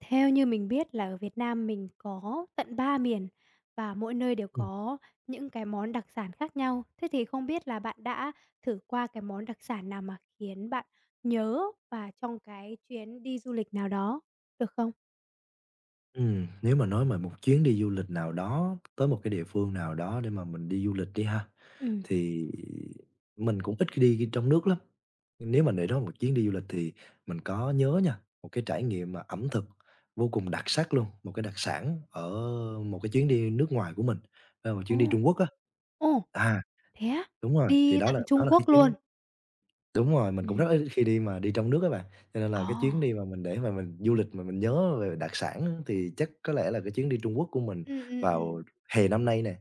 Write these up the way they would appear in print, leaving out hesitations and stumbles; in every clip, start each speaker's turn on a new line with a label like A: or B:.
A: Theo như mình biết là ở Việt Nam mình có tận 3 miền và mỗi nơi đều
B: Ừm,
A: có những cái món đặc sản khác nhau. Thế thì không biết là bạn đã thử qua cái món đặc sản nào mà khiến bạn nhớ và trong cái chuyến đi du lịch nào đó, được không?
B: Nếu mà nói mà một chuyến đi du lịch nào đó, tới một cái địa phương nào đó để mà mình đi du lịch đi ha,
A: Ừm.
B: thì mình cũng ít khi đi trong nước lắm. Nếu mà để đó một chuyến đi du lịch thì mình có nhớ nha, một cái trải nghiệm mà ẩm thực vô cùng đặc sắc luôn, một cái đặc sản ở một cái chuyến đi nước ngoài của mình, một
A: Ồ!
B: chuyến đi Trung Quốc á.
A: Ồ,
B: À,
A: thế á?
B: Đúng rồi, thì
A: Đi
B: đó là
A: tận Trung
B: đó là cái
A: Quốc luôn?
B: chuyến. Đúng rồi, mình cũng rất
A: Ừm.
B: ít khi đi mà đi trong nước á bạn, cho nên
A: Ồ!
B: là cái chuyến đi mà mình để mà mình du lịch mà mình nhớ về đặc sản á, thì chắc có lẽ là cái chuyến đi Trung Quốc của mình
A: Ừm, ừm, ừm.
B: vào hè năm nay nè.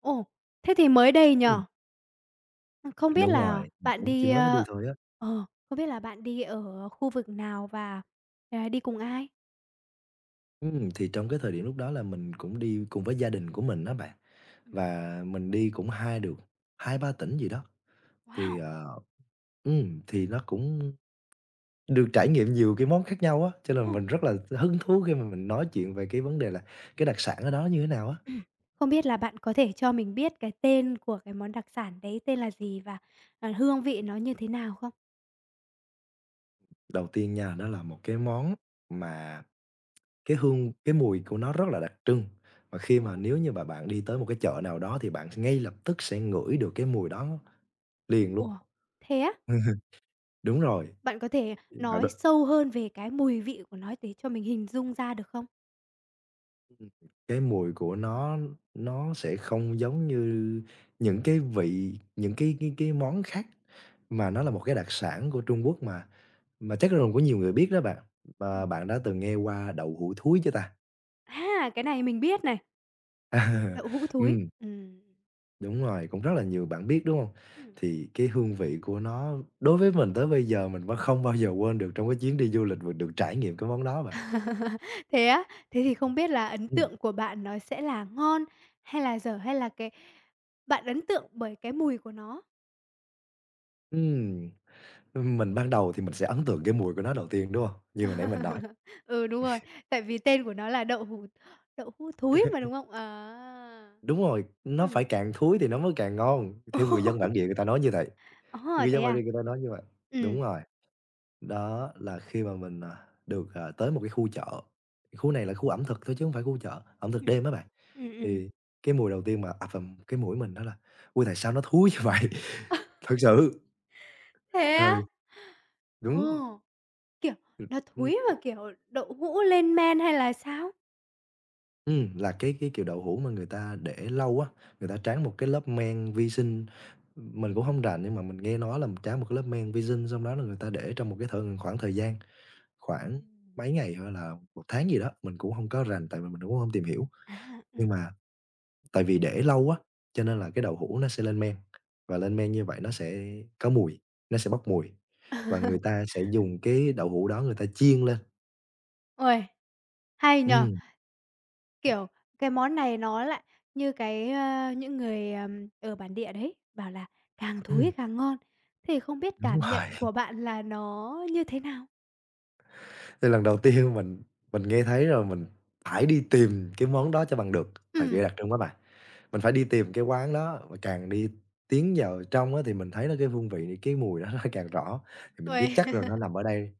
A: Ồ, thế thì mới đây nhỉ?
B: Ừm,
A: Không biết
B: đúng
A: là
B: rồi, mình
A: bạn
B: cũng chỉ
A: đi,
B: mới mới đi
A: ơ
B: thôi á.
A: ờ, không biết là bạn đi ở khu vực nào và, à, đi cùng ai?
B: Thì trong cái thời điểm lúc đó là mình cũng đi cùng với gia đình của mình đó bạn,
A: Ừm,
B: và mình đi cũng hai ba tỉnh gì đó, thì,
A: wow!
B: thì nó cũng được trải nghiệm nhiều cái món khác nhau á, cho nên là
A: Ồ!
B: mình rất là hứng thú khi mà mình nói chuyện về cái vấn đề là cái đặc sản ở đó như thế nào á.
A: Ừm. Không biết là bạn có thể cho mình biết cái tên của cái món đặc sản đấy tên là gì và, ờ, hương vị nó như thế nào không?
B: Đầu tiên nha, đó là một cái món mà cái hương cái mùi của nó rất là đặc trưng, và khi
A: Ồ!
B: mà nếu như mà bạn đi tới một cái chợ nào đó thì bạn ngay lập tức sẽ ngửi được cái mùi đó liền luôn.
A: Ủa, thế á?
B: Đúng rồi,
A: Bạn có thể
B: bạn đ
A: nói sâu hơn về cái mùi vị của nó để cho mình hình dung ra được không?
B: cái mùi của nó sẽ không giống như những cái vị, những cái món khác, mà nó là một cái đặc sản của Trung Quốc mà chắc là có nhiều người biết đó bạn. Và
A: Ừm.
B: bạn đã từng nghe qua đậu hũ thúi chưa ta?
A: À, cái này mình biết này,
B: À,
A: đậu hũ thúi. Ừm.
B: Đúng rồi, cũng rất là nhiều bạn biết, đúng không?
A: Ừm.
B: Thì cái hương vị của nó đối với mình tới bây giờ mình vẫn không bao giờ quên được trong cái chuyến đi du lịch và được trải nghiệm cái món đó bạn.
A: Thế á? Thế thì không biết là ấn
B: Ừ,
A: tượng của bạn nó sẽ là ngon hay là dở hay là cái bạn ấn tượng bởi cái mùi của nó?
B: Ừm, ừm, mình ban đầu thì mình sẽ ấn tượng cái mùi của nó đầu tiên, đúng không? Như hồi nãy mình nói.
A: Ừ, đúng rồi, tại vì tên của nó là đậu hũ thúi mà, đúng không? À.
B: Đúng rồi, nó phải
A: Ừm.
B: càng thúi thì nó mới càng ngon, theo người dân bản
A: Ồ!
B: địa người ta nói như vậy,
A: Ờ,
B: người
A: thế
B: dân bản
A: à?
B: địa người ta nói như vậy.
A: Ừ
B: Đúng rồi, đó là khi mà mình, được, tới một cái khu chợ, khu này là khu ẩm thực thôi chứ không phải khu chợ, ẩm thực
A: ừ
B: đêm á bạn.
A: ừm.
B: Thì cái mùi đầu tiên mà ập vào cái mũi mình đó là "Ôi, tại sao nó thúi như vậy?" Thật sự,
A: Thế
B: rồi
A: á?
B: đúng,
A: Ồ, kiểu, nó
B: ừm,
A: thúi mà, kiểu, đậu hũ lên men hay là sao?
B: là cái kiểu đậu hũ mà người ta để lâu á, người ta tráng một cái lớp men vi sinh, mình cũng hông rành nhưng mà mình nghe nói là tráng một cái lớp men vi sinh xong đó là người ta để trong một cái thời khoảng thời gian khoảng mấy ngày hay là một tháng gì đó, mình cũng hông có rành tại vì mình cũng hông tìm hiểu.
A: À, ừ.
B: Nhưng mà tại vì để lâu quá cho nên là cái đậu hũ nó sẽ lên men, và lên men như vậy nó sẽ có mùi, nó sẽ bốc mùi, và người ta sẽ dùng cái đậu hũ đó người ta chiên lên.
A: Uầy, hay nhỉ?
B: Ừm,
A: Kiểu, cái món này nó lại như cái, ơ những người, ở bản địa đấy, bảo là càng
B: ừm,
A: thúi càng ngon, thì không biết
B: đúng
A: cảm nhận
B: rồi.
A: của bạn là nó như thế nào?
B: Thì lần đầu tiên mình nghe thấy rồi mình phải đi tìm cái món đó cho bằng được, tại vì
A: Ừm,
B: đặc trưng quá mà. Mình phải đi tìm cái quán đó, và càng đi tiến vào trong á thì mình thấy là cái hương vị, cái mùi đó nó càng rõ, thì mình
A: uầy.
B: biết chắc rồi nó nằm ở đây,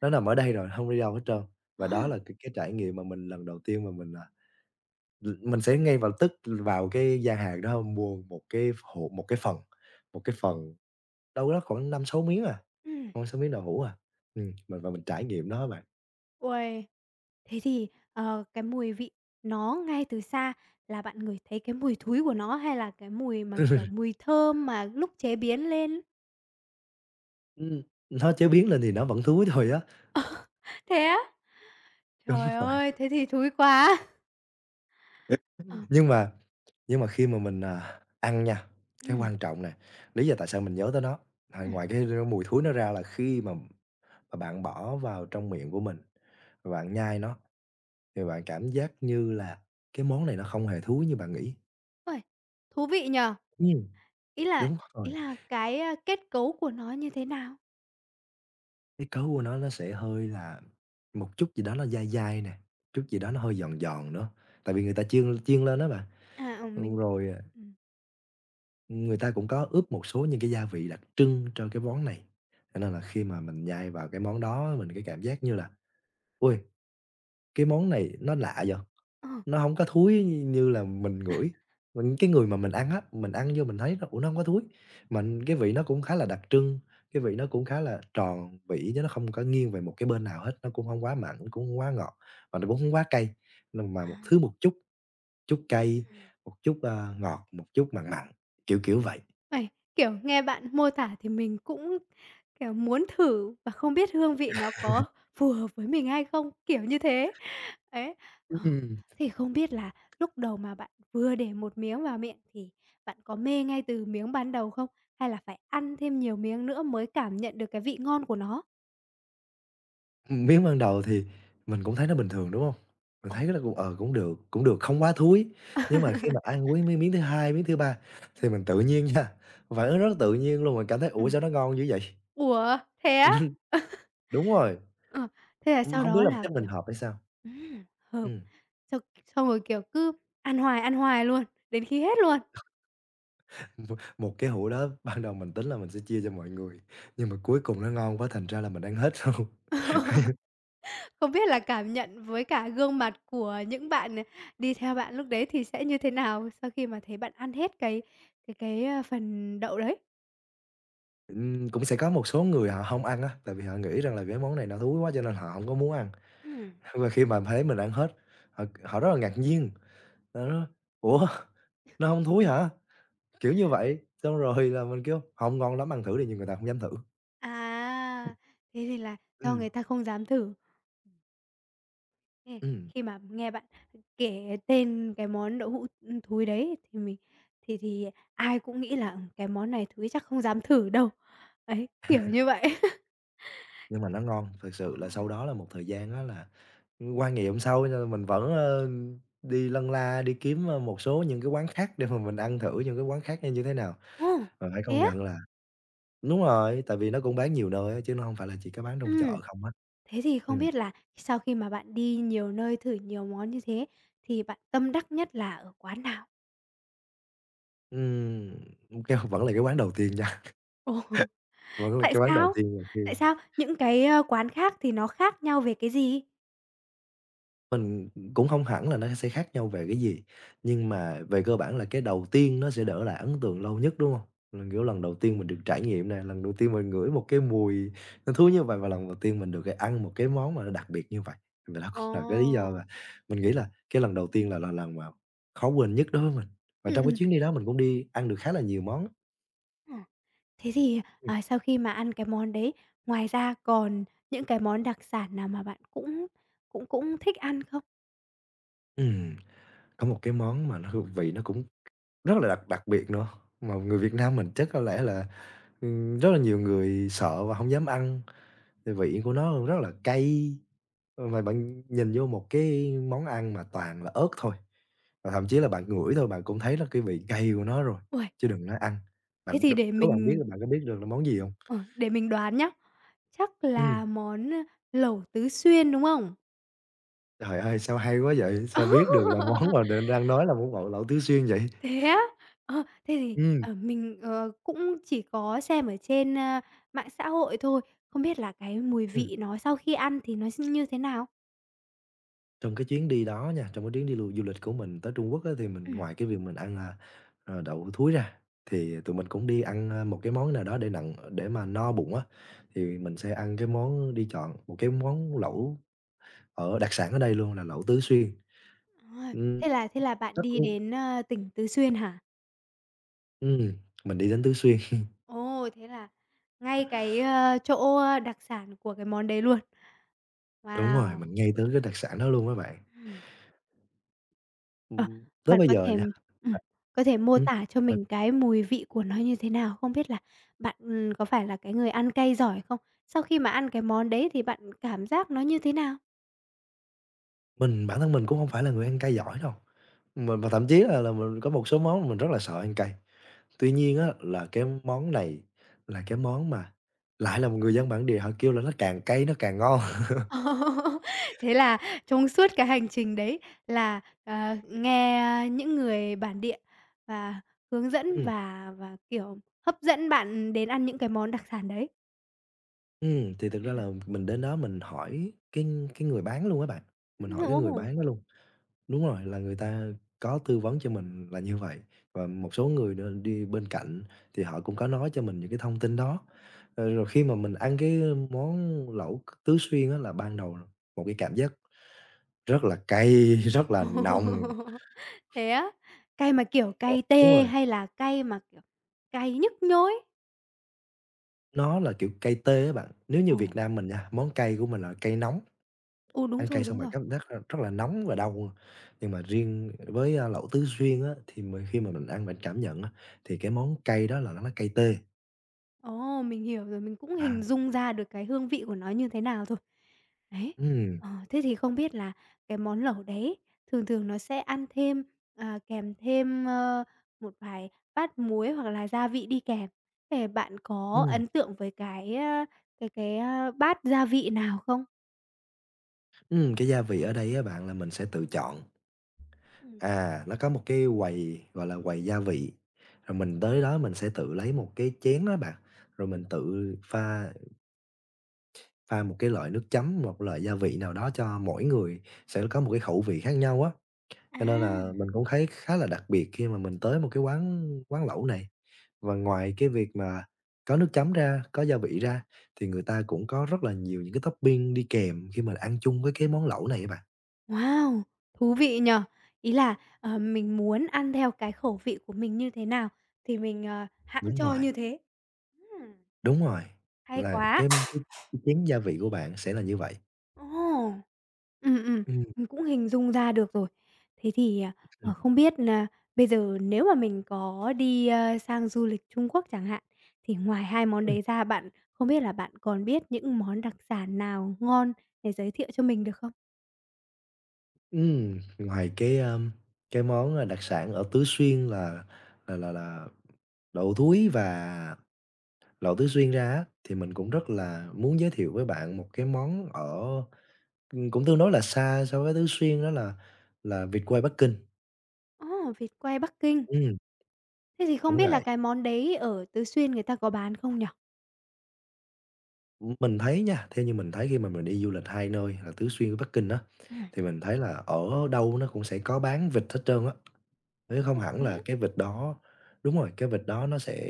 B: nó nằm ở đây rồi, hông đi đâu hết trơn.
A: Ờ,
B: Và đó là cái trải nghiệm mà mình lần đầu tiên mà mình, à, l mình sẽ ngay vào tức vào cái gian hàng đó mua một cái phần đâu đó khoảng năm sáu miếng à,
A: ừm.
B: năm sáu miếng đậu hũ à. Mình trải nghiệm nó á bạn.
A: Uầy, thế thì, ờ, cái mùi vị nó ngay từ xa là bạn ngửi thấy cái mùi thúi của nó hay là cái mùi mà, kiểu, mùi thơm mà lúc chế biến lên?
B: Ừm, nó chế biến lên thì nó vẫn thúi thôi á,
A: Thế á?
B: đúng
A: Trời
B: rồi.
A: ơi, thế thì thúi quá! Ờ,
B: Nhưng mà nhưng mà khi mà mình, ăn nha, cái
A: ừm,
B: quan trọng nè, lý do tại sao mình nhớ tới nó,
A: ừm.
B: ngoài cái mùi thúi nó ra là khi mà bạn bỏ vào trong miệng của mình, và bạn nhai nó thì bạn cảm giác như là cái món này nó không hề thúi như bạn nghĩ.
A: Uầy, thú vị nhỉ?
B: Ừm.
A: Ý là
B: Đúng
A: ý
B: rồi,
A: là cái, a, kết cấu của nó như thế nào?
B: cái cấu của nó sẽ hơi là một chút gì đó nó dai dai nè, chút gì đó nó hơi giòn giòn nữa, tại vì người ta chiên chiên lên á bạn,
A: À, ừ, mình
B: ừm, rồi à,
A: ừm,
B: người ta cũng có ướp một số những cái gia vị đặc trưng cho cái món này, cho nên là khi mà mình nhai vào cái món đó mình cái cảm giác như là "Ôi, cái món này nó lạ vậy?"
A: ờ.
B: Nó không có thúi như là mình ngửi, mình cái người mà mình ăn á, mình ăn vô mình thấy nó "Ủa, nó không có thúi?" Mình cái vị nó cũng khá là đặc trưng, cái vị nó cũng khá là tròn vị chứ nó không có nghiêng về một cái bên nào hết, nó cũng không quá mặn, cũng không quá ngọt, và nó cũng không quá cay, nhưng mà một thứ một chút, chút cay, một chút, ngọt, một chút mặn mặn, kiểu, kiểu vậy.
A: Uầy, kiểu, nghe bạn mô tả thì mình cũng, kiểu, muốn thử và không biết hương vị nó có phù hợp với mình hay không, kiểu như thế. Ấy, ờ,
B: Ừm.
A: thì không biết là lúc đầu mà bạn vừa để một miếng vào miệng thì bạn có mê ngay từ miếng ban đầu không? Hay là phải ăn thêm nhiều miếng nữa mới cảm nhận được cái vị ngon của nó?
B: Miếng ban đầu thì mình cũng thấy nó bình thường, đúng hông? Mình
A: Ồ.
B: thấy là cũng, cũng được, không quá thúi. Nhưng mà khi mà ăn với miếng miếng thứ 2 miếng thứ 3 thì
A: Ừm.
B: mình tự nhiên nha, phản ứng rất tự nhiên luôn, mình cảm thấy "Ủa,
A: Ừm.
B: sao nó ngon dữ vậy?"
A: Ủa, thế á?
B: Đúng rồi,
A: Ờ, thế là sau
B: hông biết
A: đó
B: là
A: là,
B: chắc mình
A: kiểu,
B: hợp hay sao?
A: hợp,
B: Ừm,
A: xong xong rồi, kiểu, cứ ăn hoài luôn, đến khi hết luôn.
B: một một cái hũ đó ban đầu mình tính là mình sẽ chia cho mọi người, nhưng mà cuối cùng nó ngon quá thành ra là mình ăn hết luôn.
A: Không biết là cảm nhận với cả gương mặt của những bạn, ờ, đi theo bạn lúc đấy thì sẽ như thế nào sau khi mà thấy bạn ăn hết cái phần đậu đấy?
B: Cũng sẽ có một số người họ hông ăn á, tại vì họ nghĩ rằng là cái món này nó thúi quá cho nên họ hổng có muốn ăn.
A: Ừm.
B: Và khi mà thấy mình ăn hết, họ họ rất là ngạc nhiên, họ nói: "Ủa, nó hông thúi hả?" Kiểu như vậy. Xong rồi là mình kêu: "Hông, ngon lắm, ăn thử đi." Nhưng người ta hổng dám thử.
A: À, thế thì là do
B: Ừm,
A: người ta không dám thử. Ê,
B: ừm,
A: khi mà nghe bạn kể tên cái món đậu hũ, thúi đấy thì mình thì ai cũng nghĩ là, ừ, cái món này thúi chắc không dám thử đâu. Ấy, kiểu như vậy.
B: nhưng mà nó ngon, thực sự là sau đó là một thời gian á là, qua ngày hôm sau nha, mình vẫn, đi lân la, đi kiếm, một số những cái quán khác để mà mình ăn thử những cái quán khác coi như thế nào.
A: Ồ,
B: Và phải
A: thế
B: công
A: á?
B: nhận là đúng rồi, tại vì nó cũng bán nhiều nơi á, chứ nó hông phải là chỉ có bán trong chợ
A: Ừm,
B: không á.
A: thế thì không
B: Ừm,
A: biết là sau khi mà bạn đi nhiều nơi thử nhiều món như thế thì bạn tâm đắc nhất là ở quán nào?
B: kêu vẫn là cái quán đầu tiên nha.
A: Ồ.
B: Vẫn là
A: Tại
B: cái quán đầu
A: sao?
B: tiên rồi kia.
A: Tại sao? Những cái, ơ, quán khác thì nó khác nhau về cái gì?
B: Mình cũng không hẳn là nó sẽ khác nhau về cái gì, nhưng mà về cơ bản là cái đầu tiên nó sẽ để lại ấn tượng lâu nhất, đúng hông? Là, kiểu, lần đầu tiên mình được trải nghiệm nè, lần đầu tiên mình ngửi một cái mùi nó thú như vậy và lần đầu tiên mình được, ăn một cái món mà nó đặc biệt như vậy. Và đó
A: Ồ.
B: cũng là cái lý do mà mình nghĩ là cái lần đầu tiên là lần mà khó quên nhất đối với mình. Và trong cái
A: Ừm.
B: chuyến đi đó mình cũng đi ăn được khá là nhiều món.
A: Ờ. Thế thì,
B: Ừm,
A: à, sau khi mà ăn cái món đấy, ngoài ra còn những cái món đặc sản nào mà bạn cũng cũng cũng thích ăn không?
B: ừm, có một cái món mà nó hương vị nó cũng rất là đặc đặc biệt nữa, mà người Việt Nam mình chắc có lẽ là rất là nhiều người sợ và không dám ăn, tại vị của nó rất là cay, mà bạn nhìn vô một cái món ăn mà toàn là ớt thôi, và thậm chí là bạn ngửi thôi bạn cũng thấy là cái vị cay của nó rồi,
A: Uầy,
B: chứ đừng nói ăn.
A: thế
B: Bạn đ
A: thì để
B: đố bạn biết
A: mình
B: là bạn có biết được là món gì hông?
A: ờ, để mình đoán nhá, chắc
B: Ừm,
A: là món, lẩu Tứ Xuyên, đúng không?
B: trời ơi, sao hay quá vậy? Sao biết được là món mà định đang nói là món bột lẩu Tứ Xuyên vậy?
A: Thế á? Ờ, thế thì,
B: Ừm, ừm.
A: ờ, mình, ờ, cũng chỉ có xem ở trên, mạng xã hội thôi, không biết là cái mùi vị nó sau khi ăn thì nó như thế nào?
B: Trong cái chuyến đi đó nha, trong cái chuyến đi du lịch của mình tới Trung Quốc á, thì mình
A: Ừm,
B: ngoài cái việc mình ăn, đậu thúi ra, thì tụi mình cũng đi ăn, một cái món nào đó để nặng để mà no bụng á, thì mình sẽ ăn cái món đi chọn một cái món lẩu ở đặc sản ở đây luôn là lẩu Tứ Xuyên.
A: à,
B: Ừm,
A: thế là bạn
B: nó
A: đi
B: cũng
A: đến, tỉnh Tứ Xuyên hả?
B: ừm, mình đi đến Tứ Xuyên,
A: Ồ, thế là ngay cái, ơ, chỗ ờ, đặc sản của cái món đấy luôn.
B: đúng rồi, mình
A: Wow!
B: ngay tới cái đặc sản đó luôn các bạn.
A: Ờ,
B: Tới
A: bạn
B: bây giờ nha
A: ừm,
B: à,
A: có thể mô
B: ừm,
A: tả cho
B: mình
A: mình cái mùi vị của nó như thế nào? Không biết là bạn, có phải là cái người ăn cay giỏi không? Sau khi mà ăn cái món đấy thì bạn cảm giác nó như thế nào?
B: bản thân mình cũng không phải là người ăn cay giỏi đâu, mình và thậm chí là mình có một số món mình rất là sợ ăn cay. Tuy nhiên á, là cái món này là cái món mà lại là một người dân bản địa họ kêu là nó càng cay nó càng ngon.
A: Ồ, thế là trong suốt cái hành trình đấy là, ờ, nghe những người bản địa và hướng dẫn
B: Ừm,
A: và, kiểu, hấp dẫn bạn đến ăn những cái món đặc sản đấy.
B: thì thực ra là mình đến đó mình hỏi cái người bán luôn á bạn, mình hỏi cái người
A: Ồ!
B: bán đó luôn. Đúng rồi, là người ta có tư vấn cho mình là như vậy, và một số người nữa đi bên cạnh thì họ cũng có nói cho mình những cái thông tin đó. Ờ, rồi khi mà mình ăn cái món lẩu Tứ Xuyên á, là ban đầu một cái cảm giác rất là cay, rất là nồng.
A: Thế á? Cay mà, kiểu,
B: Ờ,
A: cay
B: đúng
A: tê
B: rồi.
A: hay là cay mà, kiểu, cay nhức nhối?
B: Nó là, kiểu, cay tê á bạn. Nếu như
A: Ồ.
B: Việt Nam mình nha, món cay của mình là cay nóng,
A: Ừ, đúng
B: ăn cay
A: rồi,
B: xong
A: đúng
B: bạn
A: rồi.
B: cảm giác rất là nóng và đau luôn. Nhưng mà riêng với, lẩu Tứ Xuyên á, thì mình khi mà mình ăn mình cảm nhận á, thì cái món cay đó là nó cay tê.
A: Ồ, mình hiểu rồi, mình cũng
B: À,
A: hình dung ra được cái hương vị của nó như thế nào rồi. Đấy,
B: ừm,
A: ờ, thế thì không biết là cái món lẩu đấy thường thường nó sẽ ăn thêm, à, kèm thêm, ơ, một vài bát muối hoặc là gia vị đi kèm. Thế bạn có
B: ừm,
A: ấn tượng với cái, a, cái cái, a, bát gia vị nào không?
B: cái gia vị ở đây á bạn là mình sẽ tự chọn.
A: Ừm.
B: À, nó có một cái quầy, gọi là, quầy gia vị, rồi mình tới đó mình sẽ tự lấy một cái chén đó bạn, rồi
A: Ừm,
B: mình tự pha Pha một cái loại nước chấm, một loại gia vị nào đó cho mỗi người sẽ có một cái khẩu vị khác nhau á, cho nên là
A: à.
B: mình cũng thấy khá là đặc biệt khi mà mình tới một cái quán quán lẩu này. Và ngoài cái việc mà có nước chấm ra, có gia vị ra thì người ta cũng có rất là nhiều những cái topping đi kèm khi mà ăn chung với cái món lẩu này á bạn.
A: Wow! Thú vị nhỉ? Ý là, ờ, mình muốn ăn theo cái khẩu vị của mình như thế nào thì mình, ờ, hẵng
B: Đúng
A: cho
B: rồi,
A: như thế. Ừm.
B: đúng rồi,
A: Hay
B: là
A: quá!
B: cái cái chén gia vị của bạn sẽ là như vậy.
A: Ồ! Ừ ừ,
B: Ừm,
A: mình cũng hình dung ra được rồi. Thế thì, à,
B: ừm,
A: ờ, không biết nà bây giờ nếu mà mình có đi, ơ, sang du lịch Trung Quốc chẳng hạn, thì ngoài 2 món
B: ừm,
A: đấy ra bạn không biết là bạn còn biết những món đặc sản nào ngon để giới thiệu cho mình được không?
B: ngoài cái món, đặc sản ở Tứ Xuyên là là lẩu thúi và lẩu Tứ Xuyên ra á, thì mình cũng rất là muốn giới thiệu với bạn một cái món ở, ừ, cũng tương đối là xa so với Tứ Xuyên đó là vịt quay Bắc Kinh.
A: Ồ, vịt quay Bắc Kinh.
B: Ừm,
A: Thế thì không
B: đúng
A: biết là
B: vậy.
A: cái món đấy ở Tứ Xuyên người ta có bán không nhỉ?
B: Mình thấy nha, theo như mình thấy khi mà mình đi du lịch hai nơi là Tứ Xuyên với Bắc Kinh á,
A: À,
B: thì mình thấy là ở đâu nó cũng sẽ có bán vịt hết trơn á, chứ không
A: ơ,
B: hẳn
A: thế
B: là
A: á?
B: cái vịt đó đúng rồi, cái vịt đó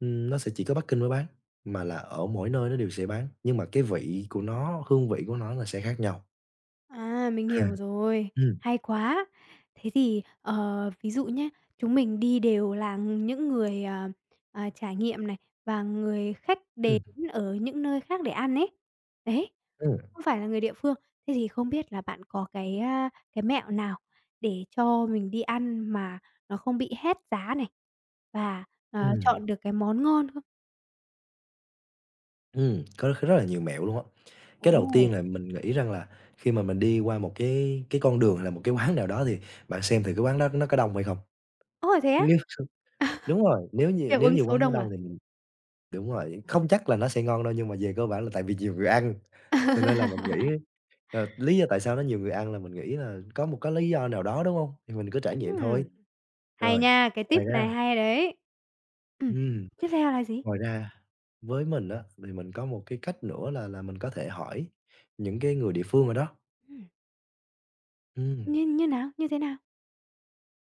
B: nó sẽ chỉ có Bắc Kinh mới bán, mà là ở mỗi nơi nó đều sẽ bán, nhưng mà cái vị của nó, hương vị của nó là sẽ khác nhau.
A: À, mình hiểu rồi,
B: Ừm,
A: hay quá. Thế thì, ờ, ví dụ nhá, chúng mình đi đều là những người, ờ, ờ, trải nghiệm này, và người khách đến
B: ừm,
A: ở những nơi khác để ăn ấy. Đấy,
B: ừm,
A: không phải là người địa phương. Thế thì không biết là bạn có cái, cái mẹo nào để cho mình đi ăn mà nó không bị hét giá này, và, ờ,
B: ừm,
A: chọn được cái món ngon không?
B: có rất là nhiều mẹo luôn á. Cái đầu
A: Ồ!
B: tiên là mình nghĩ rằng là khi mà mình đi qua một cái con đường hay là một cái quán nào đó thì bạn xem thử cái quán đó nó có đông hay không.
A: Ồ, thế á?
B: Nếu đúng rồi, nếu như
A: Hiệu
B: nếu
A: ứng
B: như
A: số
B: quán nó
A: đông à?
B: đông thì mình đúng rồi, không chắc là nó sẽ ngon đâu nhưng mà về cơ bản là tại vì nhiều người ăn, cho nên là mình nghĩ, ờ, lý do tại sao nó nhiều người ăn là mình nghĩ là có một cái lý do nào đó, đúng hông? Thì mình cứ trải nghiệm thôi.
A: Ừm. Hay
B: Rồi,
A: nha, cái tip
B: ngoài
A: này
B: ra
A: hay đấy. Ừm,
B: ừm,
A: tiếp theo là gì?
B: ngoài ra với mình á, thì mình có một cái cách nữa là mình có thể hỏi những cái người địa phương ở đó.
A: Ừm.
B: Ừm,
A: Như như nào? Như thế nào?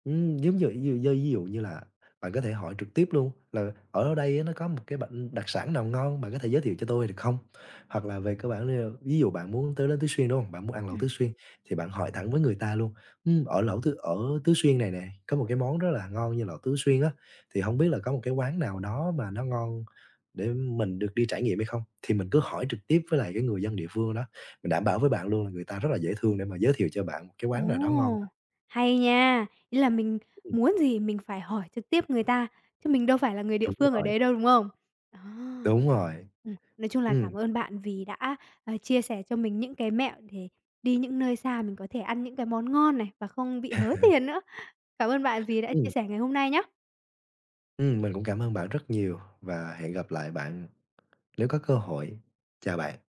B: Ừm, giống như ví dụ như là bạn có thể hỏi trực tiếp luôn là "Ở đây á, nó có một cái bảnh đặc sản nào ngon, bạn có thể giới thiệu cho tôi được không?" Hoặc là về cơ bản là ví dụ bạn muốn tới đến Tứ Xuyên, đúng không? Bạn muốn ăn lẩu Tứ
A: Ừm.
B: Xuyên thì bạn hỏi thẳng với người ta luôn: ở Tứ Xuyên này nè, có một cái món rất là ngon như lẩu Tứ Xuyên á, thì không biết là có một cái quán nào đó mà nó ngon để mình được đi trải nghiệm hay không?" Thì mình cứ hỏi trực tiếp với lại cái người dân địa phương đó, mình đảm bảo với bạn luôn là người ta rất là dễ thương để mà giới thiệu cho bạn một cái quán nào đó ngon á.
A: Ồ, hay nha! Ý là mình
B: Ừm,
A: muốn gì mình phải hỏi trực tiếp người ta, chứ mình đâu phải là người địa
B: đúng
A: phương ở
B: rồi.
A: đấy đâu, đúng không? Đó.
B: Đúng rồi.
A: Nói chung là cảm
B: Ừm,
A: ơn bạn vì đã, ờ, chia sẻ cho mình những cái mẹo để đi những nơi xa mình có thể ăn những cái món ngon này và không bị hớ tiền nữa. Cảm ơn bạn vì đã chia
B: ừm,
A: sẻ ngày hôm nay nhá.
B: mình cũng cảm ơn bạn rất nhiều và hẹn gặp lại bạn nếu có cơ hội. Chào bạn.